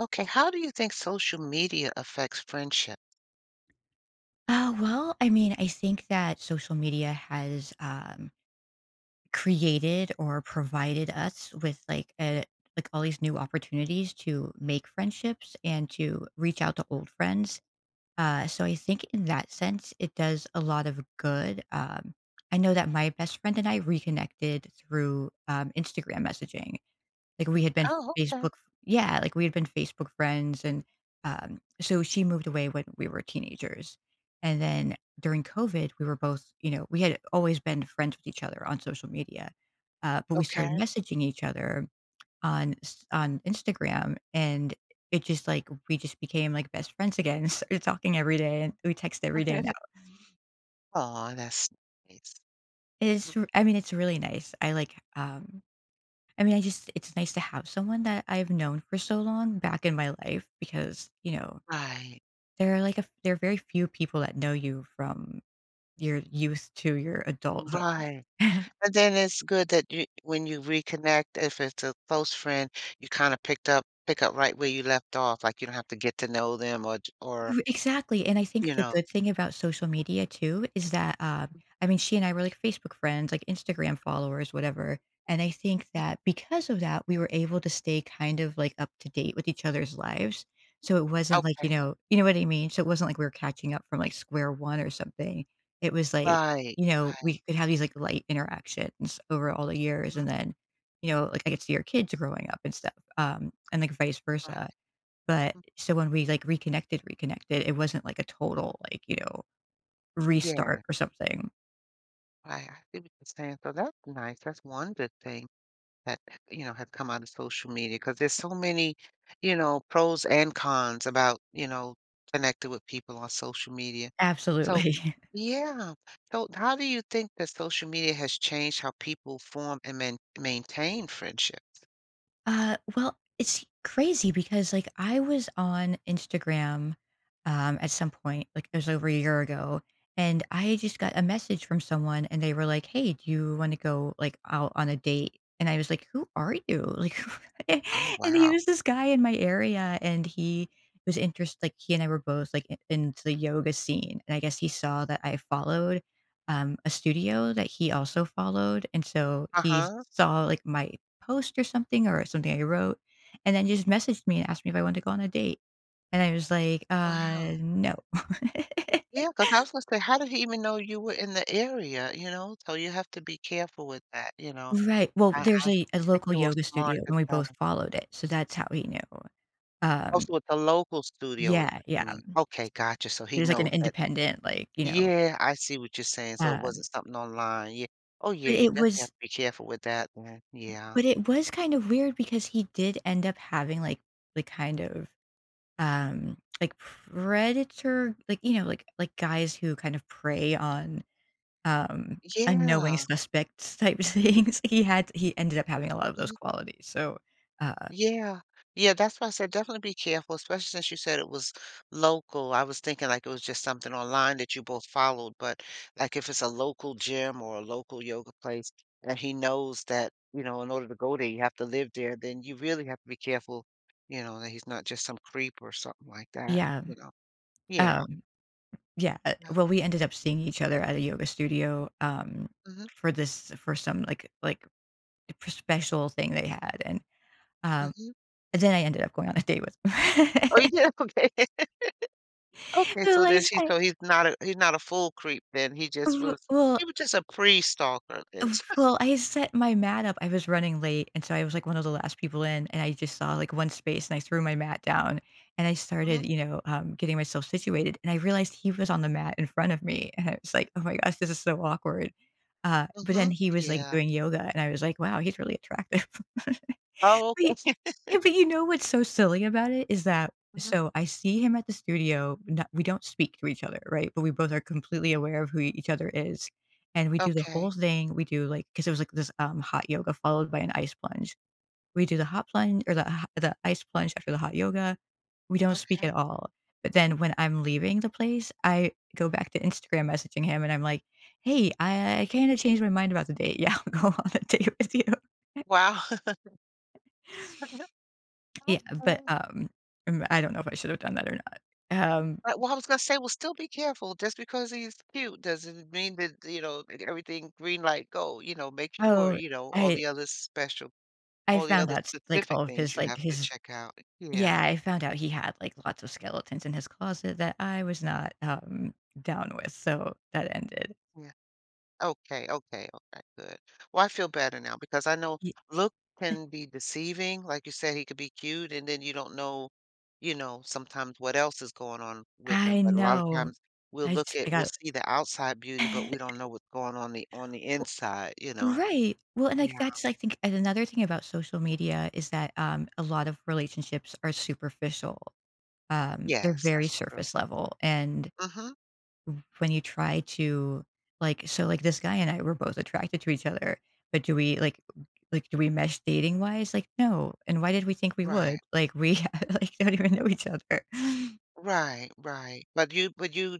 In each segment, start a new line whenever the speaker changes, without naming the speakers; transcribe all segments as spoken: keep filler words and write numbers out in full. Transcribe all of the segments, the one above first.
Okay, how do you think social media affects friendship?
Uh, well, I mean, I think that social media has um, created or provided us with like a, like all these new opportunities to make friendships and to reach out to old friends. Uh, so I think in that sense, it does a lot of good. Um, I know that my best friend and I reconnected through um, Instagram messaging. Like, we had been
Oh, okay.
Facebook Yeah, like, we had been Facebook friends, and, um, so she moved away when we were teenagers, and then during COVID, we were both you know, we had always been friends with each other on social media, uh, but we started
Okay.
messaging each other on s on Instagram, and it just, like we just became, like, best friends again, started talking every day, and we text every day now.
Oh, that's nice.
It's r I mean, it's really nice. I like, um I mean, I just It's nice to have someone that I've known for so long back in my life because, you know,
Right,
there are like a there are very few people that know you from your youth to your adulthood.
right. And then it's good that you when you reconnect, if it's a close friend, you kinda picked up pick up right where you left off, like, you don't have to get to know them or j or,
You Exactly, and I think
you
the
know
good thing about social media too is that, um, I mean, she and I were like Facebook friends, like Instagram followers, whatever, and I think
Mm,
that because of that, we were able to stay kind of like up to date with each other's lives. So it wasn't like, you
okay.
know you know what I mean? So it wasn't like we were catching up from like square one or something. It was like,
Right,
you know, we
right.
could have these like light interactions over all the years and
Mhm,
then, you know, like I could see your kids growing up and stuff, um, and like vice
right.
versa. But
Mm,
so when we, like, reconnected, reconnected, it wasn't like a total, like, you know, restart
yeah,
or something.
right, I see what you're saying, so that's nice, that's one good thing. that you know have come out of social media, because there's so many you know pros and cons about you know connecting with people on social media. So,
Absolutely.
yeah, so how do you think that social media has changed how people form and main, maintain friendships?
Uh, well, it's crazy because, like, I was on Instagram, um, at some point, like, it was over a year ago, and I just got a message from someone, and they were like, "Hey, do you wanna go, like, out on a date?" And I was like, "Who are you?" Like, and
Oh,
he
wow.
was this guy in my area, and he was interested like, he and I were both, like, I into the yoga scene, and I guess he saw that I followed, um, a studio that he also followed, and so he
Uh-huh.
saw, like, my post or something or something I wrote, and then just messaged me and asked me if I wanted to go on a date, and I was like, "Uh,
Wow.
no."
Yeah, because I was going to say, how did he even know you were in the area, you know so you have to be careful with that you know
Right, well,
i,
there's
I
a a
think
local
you were
yoga
smart
studio,
to
and we
tell
both
him.
followed it, so that's how he knew. Um,
Also, with the local studio is
yeah,
what you
yeah,
mean. Okay, gotcha, so he
there's, like, an
knows that.
independent, like, you know,
Yeah, I see what you're saying, so it
um
wasn't something online, yeah. Oh, yeah,
but
you
it
definitely
was
have to be careful with that, man, yeah.
but it was kind of weird because he did end up having, like like, kind of, um, like, predator like, you know, like like, guys who kind of prey on um, unknowing
Yeah,
suspects type things. He had he ended up having a lot of those
mhm.
qualities. So, uh,
Yeah. Yeah, that's why I said definitely be careful, especially since you said it was local. I was thinking like it was just something online that you both followed, but like if it's a local gym or a local yoga place, and he knows that, you know, in order to go there, you have to live there, then you really have to be careful, you know, that he's not just some creep or something like that,
yeah,
you know. Yeah.
um, yeah. uh,
Yeah.
well, we ended up seeing each other at a yoga studio um,
Hmm.
for this for some like like special thing they had, and um,
Hmm.
then I ended up going on a date with
Oh,
him.
you did? Okay. Okay.
So,
So
like,
then she,
I-
so he's not a, he's not a full creep then. He just
w-
was, he
well,
was just a pre-stalker then.
Oh, Well, I set my mat up. I was running late, and so I was, like, one of the last people in, and I just saw, like, one space, and I threw my mat down, and I started, you know, um, getting myself situated, and I realized he was on the mat in front of me, and I was like, "Oh my gosh, this is so awkward." Uh, but then
Mhm.
he was, like,
Yeah.
doing yoga, and I was like, "Wow, he's really attractive."
Oh,
But he-
okay.
yeah, but you know what's so silly about it is that
Mhm.
so I see him at the studio, no we don't speak to each other, right? But we both are completely aware of who each other is. And we do the whole
Okay,
thing, we do, like because it was, like, this, um, hot yoga followed by an ice plunge. We do the hot plunge or the ho the ice plunge after the hot yoga. We don't speak
okay.
at all, but then when I'm leaving the place, I go back to Instagram messaging him, and I'm like, "Hey, I I kinda changed my mind about the date. Yeah, I'll go on a date with you."
Wow.
Yeah, but,
Okay.
um, mm, I don't know if I should have done that or not. Um,
But well, I was gonna say, well, still be careful. Just because he's cute doesn't mean that, you know, e everything green light, go, you know, make sure,
oh,
you know, all
I
the other special
I
all the
found
other
out, like, all
specific
of
things
his,
you
like,
have to
his
check out. Yeah.
Yeah, I found out he had, like, lots of skeletons in his closet that I was not, um, down with, so that ended.
Okay, okay, okay, good. Well, I feel better now, because I know,
Ye
look can be deceiving. Like you said, he could be cute, and then you don't know, you know, sometimes what else is going on with him.
I
But a lot of
know.
times we'll
I
look
just, I
at, we'll
got
see the outside beauty, but we don't know what's going on the on the inside, you
W
know.
Right. Well, and, like,
Yeah.
that's, I think and another thing about social media is that, um, a lot of relationships are superficial. Um, they're
Yes,
very
that's true.
surface level, and
Mm-hmm.
when you try to like so like this guy and I were both attracted to each other, but do we like like do we mesh dating wise? Like no. And why did we think we
Right,
would? Like we like don't even know each other.
right, right. But you, but you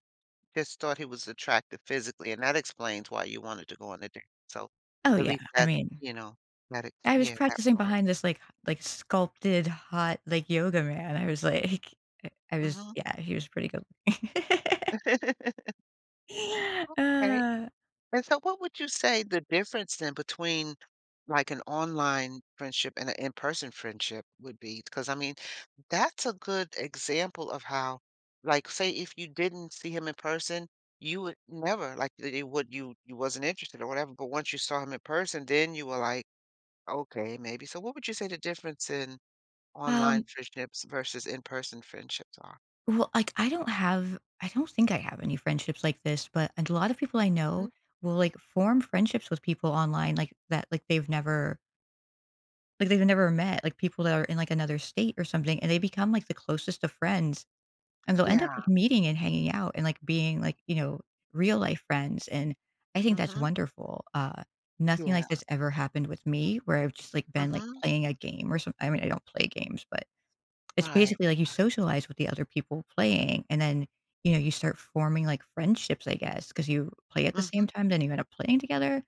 just thought he was attractive physically, and that explains why you wanted to go on a date. So
Oh
at
yeah.
least
I
that,
mean,
you know, that, ex-
I was
yeah, that
practicing
part.
behind this like h- like sculpted hot like yoga man. I was like I I was
Mhm.
yeah, he was pretty good looking.
Okay.
uh,
And so what would you say the difference then between like an online friendship and an in-person friendship would be? Because I mean, that's a good example of how, like, say if you didn't see him in person, you would never like, it it would, you you wasn't interested or whatever. But once you saw him in person, then you were like, okay, maybe. So what would you say the difference in online
um
friendships versus in-person friendships are?
Well, like, I don't have I don't think I have any friendships like this, but a lot of people I
Mm,
know will, like, form friendships with people online, like, that, like, they've never like, they've never met, like, people that are in, like, another state or something, and they become, like, the closest of friends, and they'll end up,
yeah.
like, meeting and hanging out and, like, being, like, you know, real life friends, and I think that's
Mm-hmm.
wonderful. Uh, nothing
Yeah.
like this ever happened with me where I've just, like, been, like,
Mm-hmm.
playing a game or something. I mean, I don't play games, but it's
Right.
basically like you socialize with the other people playing, and then, you know, you start forming, like, friendships, I guess, because you play at the same time, then you end up playing together,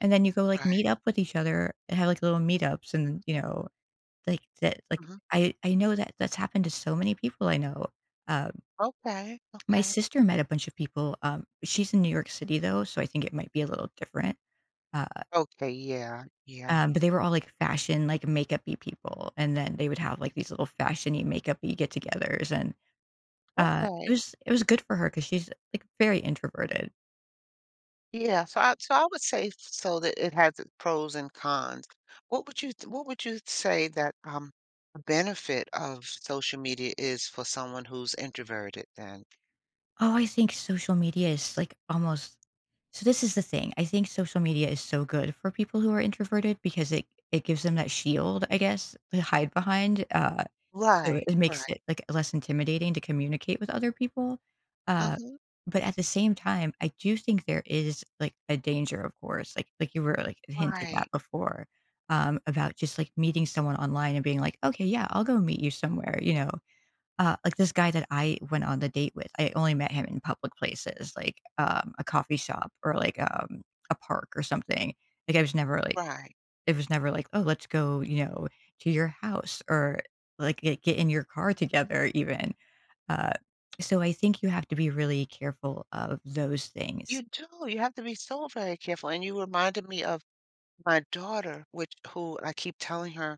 and then you go, like, meet
Right.
up with each other and have, like, little meetups and, you know, like, that like,
Mhm.
I I know that that's happened to so many people I know. Um,
Okay,
my
okay.
sister met a bunch of people, um, she's in New York City, though, so I think it might be a little different, uh,
Okay, yeah, yeah.
um, but they were all, like, fashion, like, makeup-y people, and then they would have, like, these little fashion-y, makeup-y get-togethers, and Uh, it
Okay.
was it was good for her because she's, like, very introverted.
Yeah, so I so I would say, f so that it has its pros and cons. What would you th what would you say that, um, the benefit of social media is for someone who's introverted then?
Oh, I think social media is, like, almost So this is the thing. I think social media is so good for people who are introverted because it it gives them that shield, I guess, to hide behind. Uh, so
Right,
it makes
right.
it like less intimidating to communicate with other people. Uh,
Mhm.
but at the same time, I do think there is like a danger, of course, like like you were like hinting at
Right,
before um, about just like meeting someone online and being like, okay, yeah, I'll go meet you somewhere, you know, uh, like this guy that I went on the date with, I only met him in public places, like, um, a coffee shop or, like, um, a park or something. Like, I was never, like
right.
it was never like, "Oh, let's go, you know, to your house," or, like, "Get get in your car together even." Uh, so I think you have to be really careful of those things.
You do, you have to be so very careful, and you reminded me of my daughter, which who I keep telling her,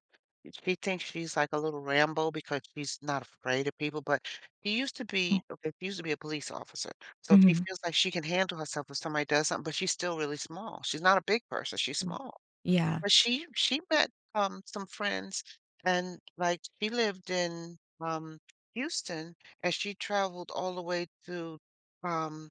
she thinks she's like a little Rambo because she's not afraid of people, but she used to be okay, she used to be a police officer. So she
Mhm.
feels like she can handle herself if somebody does something, but she's still really small. She's not a big person, she's small.
Yeah.
But she she met um some friends, and like she lived in um Houston, and she traveled all the way to um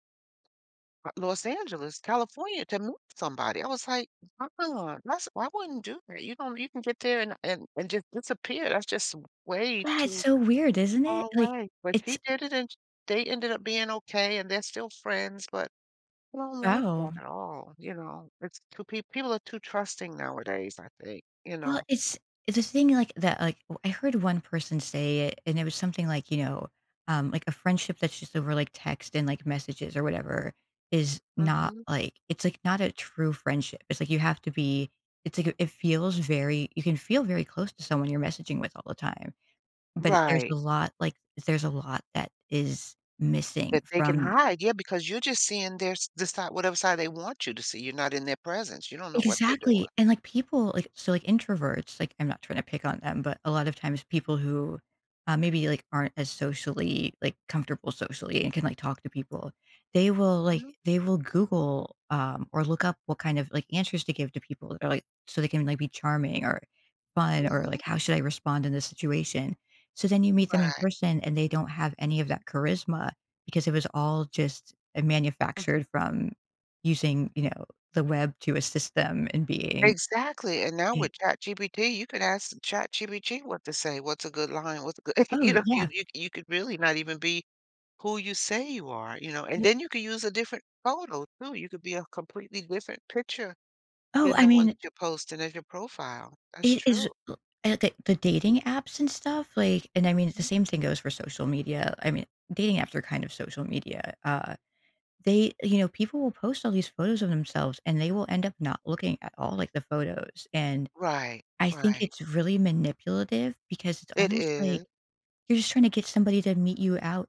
uh, Los Angeles, California to meet somebody. I was like, uh-uh, that's, I wouldn't do that. You don't, you can get there and, and, and just disappear. That's just way
Yeah, it's
too
so weird, isn't it?
far
Like,
away. But
it's
she did it and they ended up being okay and they're still friends, but I don't like
wow.
that at all. You know, it's too, pe- people are too trusting nowadays, I think, you
Well,
know.
it's it's a thing like that, like, w I heard one person say it, and it was something like, you know, um, like, a friendship that's just over, like, text and, like, messages or whatever is not,
Hmm.
like it's, like, not a true friendship. It's, like, you have to be it's, like, It feels very you can feel very close to someone you're messaging with all the time, but there's a
Right.
lot like, there's a lot that is missing
That they can
from
hide. Yeah, because you're just seeing their, s- the side, whatever side they want you to see. You're not in their presence. You don't know what they're doing.
Exactly, and, like, people like, so, like, introverts, like, I'm not trying to pick on them, but a lot of times people who, uh, maybe, like, aren't as socially, like, comfortable socially and can, like, talk to people, they will, like, they will Google, um, or look up what kind of, like, answers to give to people or, like so they can, like, be charming or fun or,
Hmm.
like, how should I respond in this situation? So then you meet them in
Right.
person and they don't have any of that charisma because it was all just, uh, manufactured from using, you know, the web to assist them in being
Exactly, and now
a.
with ChatGPT, you can ask ChatGPT what to say, what's a good line, what's a good you
Oh,
know, you
yeah.
you you could really not even be who you say you are, you know, and
W
then you could use a different photo too, you could be a completely different picture
oh,
than
I
the one
mean,
that you're posting as your profile. That's
it is
true.
l uh, the the dating apps and stuff, like, and I mean, the
Mhm.
same thing goes for social media. I mean, dating apps are kind of social media. Uh, they You know, people will post all these photos of themselves, and they will end up not looking at all, like, the photos. And
Right,
I think
right.
it's really manipulative because it's
It
almost like
is.
you're just trying to get somebody to meet you out,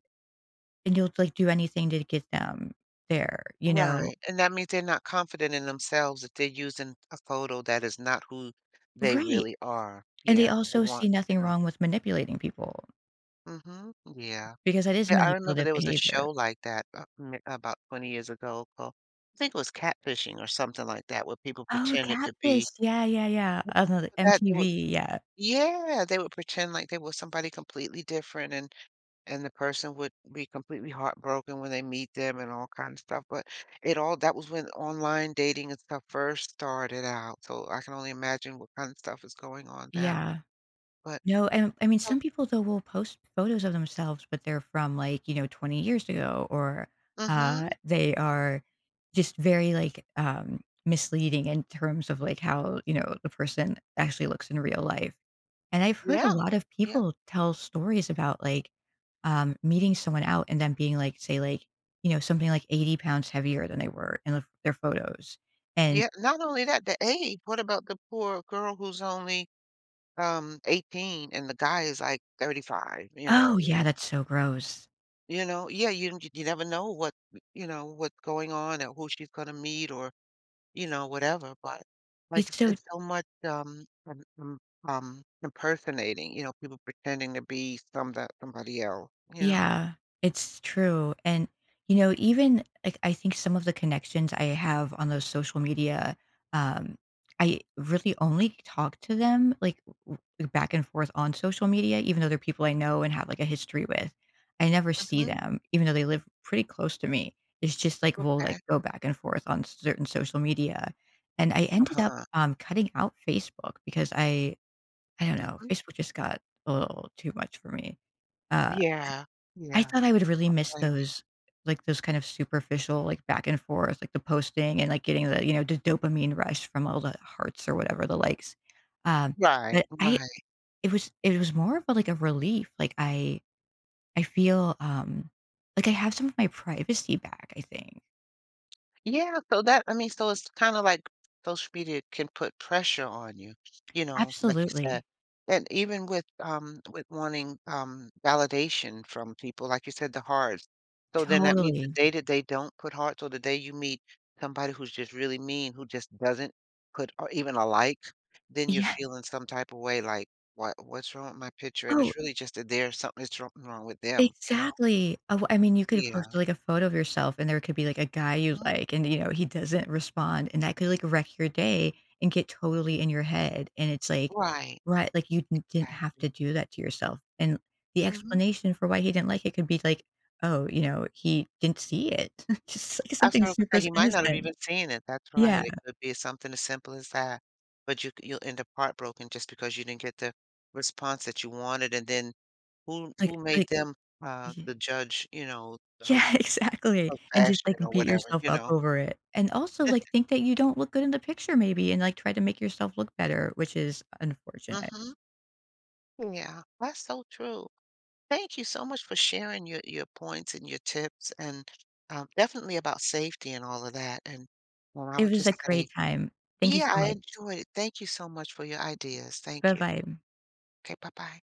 and you'll, like, do anything to get them there, you know?
Right, and that means they're not confident in themselves if they're using a photo that is not who they
Right.
really are.
And
Yeah,
they
they
also
want,
see
you
nothing
know
wrong with manipulating people
mhm, yeah.
because that is
Yeah, I remember
manipulative
there was a
behavior.
show like that, uh, m about twenty years ago called, I think it was Catfishing or something like that, where people
Oh,
pretended to
Catfish.
be
Yeah, yeah, yeah. I don't know,
that they would
M T V, yeah.
Yeah, they would pretend like they were somebody completely different, and and the person would be completely heartbroken when they meet them and all kind of stuff, but it all that was when online dating and stuff first started out, so I can only imagine what kind of stuff is going on now,
Yeah.
but
No, and I mean,
so.
some people, though, will post photos of themselves, but they're from, like, you know, twenty years ago, or, uh,
Mhm.
they are just very, like, um, misleading in terms of, like, how, you know, the person actually looks in real life. And I've heard a
Yeah,
lot of
yeah,
people tell stories about, like, um, meeting someone out and then being, like, say, like, you know, something like eighty pounds heavier than they were in the their photos, and,
yeah, not only that, the age, what about the poor girl who's only Um, eighteen, and the guy is like thirty-five, you know,
"Oh, yeah,
it,
that's so gross.
you know, yeah, you you never know what, you know, what's going on or who she's gonna meet or, you know, whatever. But
It's
like it's,
so."
it's so much um, um um um, impersonating, you know, people pretending to be some that somebody else, you know.
Yeah, it's true. And, you know, even like I think some of the connections I have on those social media, um, I really only talk to them like w- w- back and forth on social media, even though they're people I know and have like a history with. I never see
Hmm.
them, even though they live pretty close to me. It's just like we'll
Okay.
like go back and forth on certain social media. And I ended up
Uh-huh.
um, cutting out Facebook because I, I don't know,
Hmm.
Facebook just got a little too much for me. uh,
Yeah.
I
Yeah.
thought I would really miss
I mean,
those, like, those kind of superficial, like, back and forth, like, the posting and, like, getting the, you know, the dopamine rush from all the hearts or whatever, the likes. Um,
right,
but I
right.
It was it was more of a, like, a relief, like, I I feel, um, like I have some of my privacy back, I think.
Yeah, so that I mean, so it's kinda like social media can put pressure on you, you know, like you said.
Absolutely.
And even with, um with wanting, um, validation from people, like you said, the hearts. So then that means the
Totally.
day that they don't put hearts or the day you meet somebody who's just really mean, who just doesn't put or even a like, then you're
Yeah.
feeling some type of way like, "What what's wrong with my picture?" And
Oh,
it's really just that there's something that's something wrong with them, you know?
exactly. Oh, I mean, you could post,
Yeah.
like, a photo of yourself, and there could be, like, a guy you
Mhm.
like, and, you know, he doesn't respond, and that could, like, wreck your day and get totally in your head, and it's like,
Right.
right, like, you didn't didn't have
Exactly.
to do that to yourself, and the
Mhm.
explanation for why he didn't like it could be like, "Oh, you know, he didn't see it." Just, like,
That's
something
what I was
super
going He might not have
innocent.
even seen it. That's
Yeah,
right. It could be something as simple as that. But you c- you'll end up heartbroken just because you didn't get the response that you wanted. And then who
like
who
like
made them uh the judge, you know, of,
yeah, exactly,
of
and just,
fashion
like,
or
beat
whatever,
yourself
you
up
know.
over it, and also, like, think that you don't look good in the picture maybe and, like, try to make yourself look better, which is unfortunate.
Mm-hmm. Yeah, that's so true. Thank you so much for sharing your your points and your tips, and um, definitely about safety and all of that. And well, I
It
would
was a
just
great
say,
time. Thank you
yeah,
so
I
much.
enjoyed it. Thank you so much for your ideas. Thank you.
Bye-bye.
Okay, bye bye.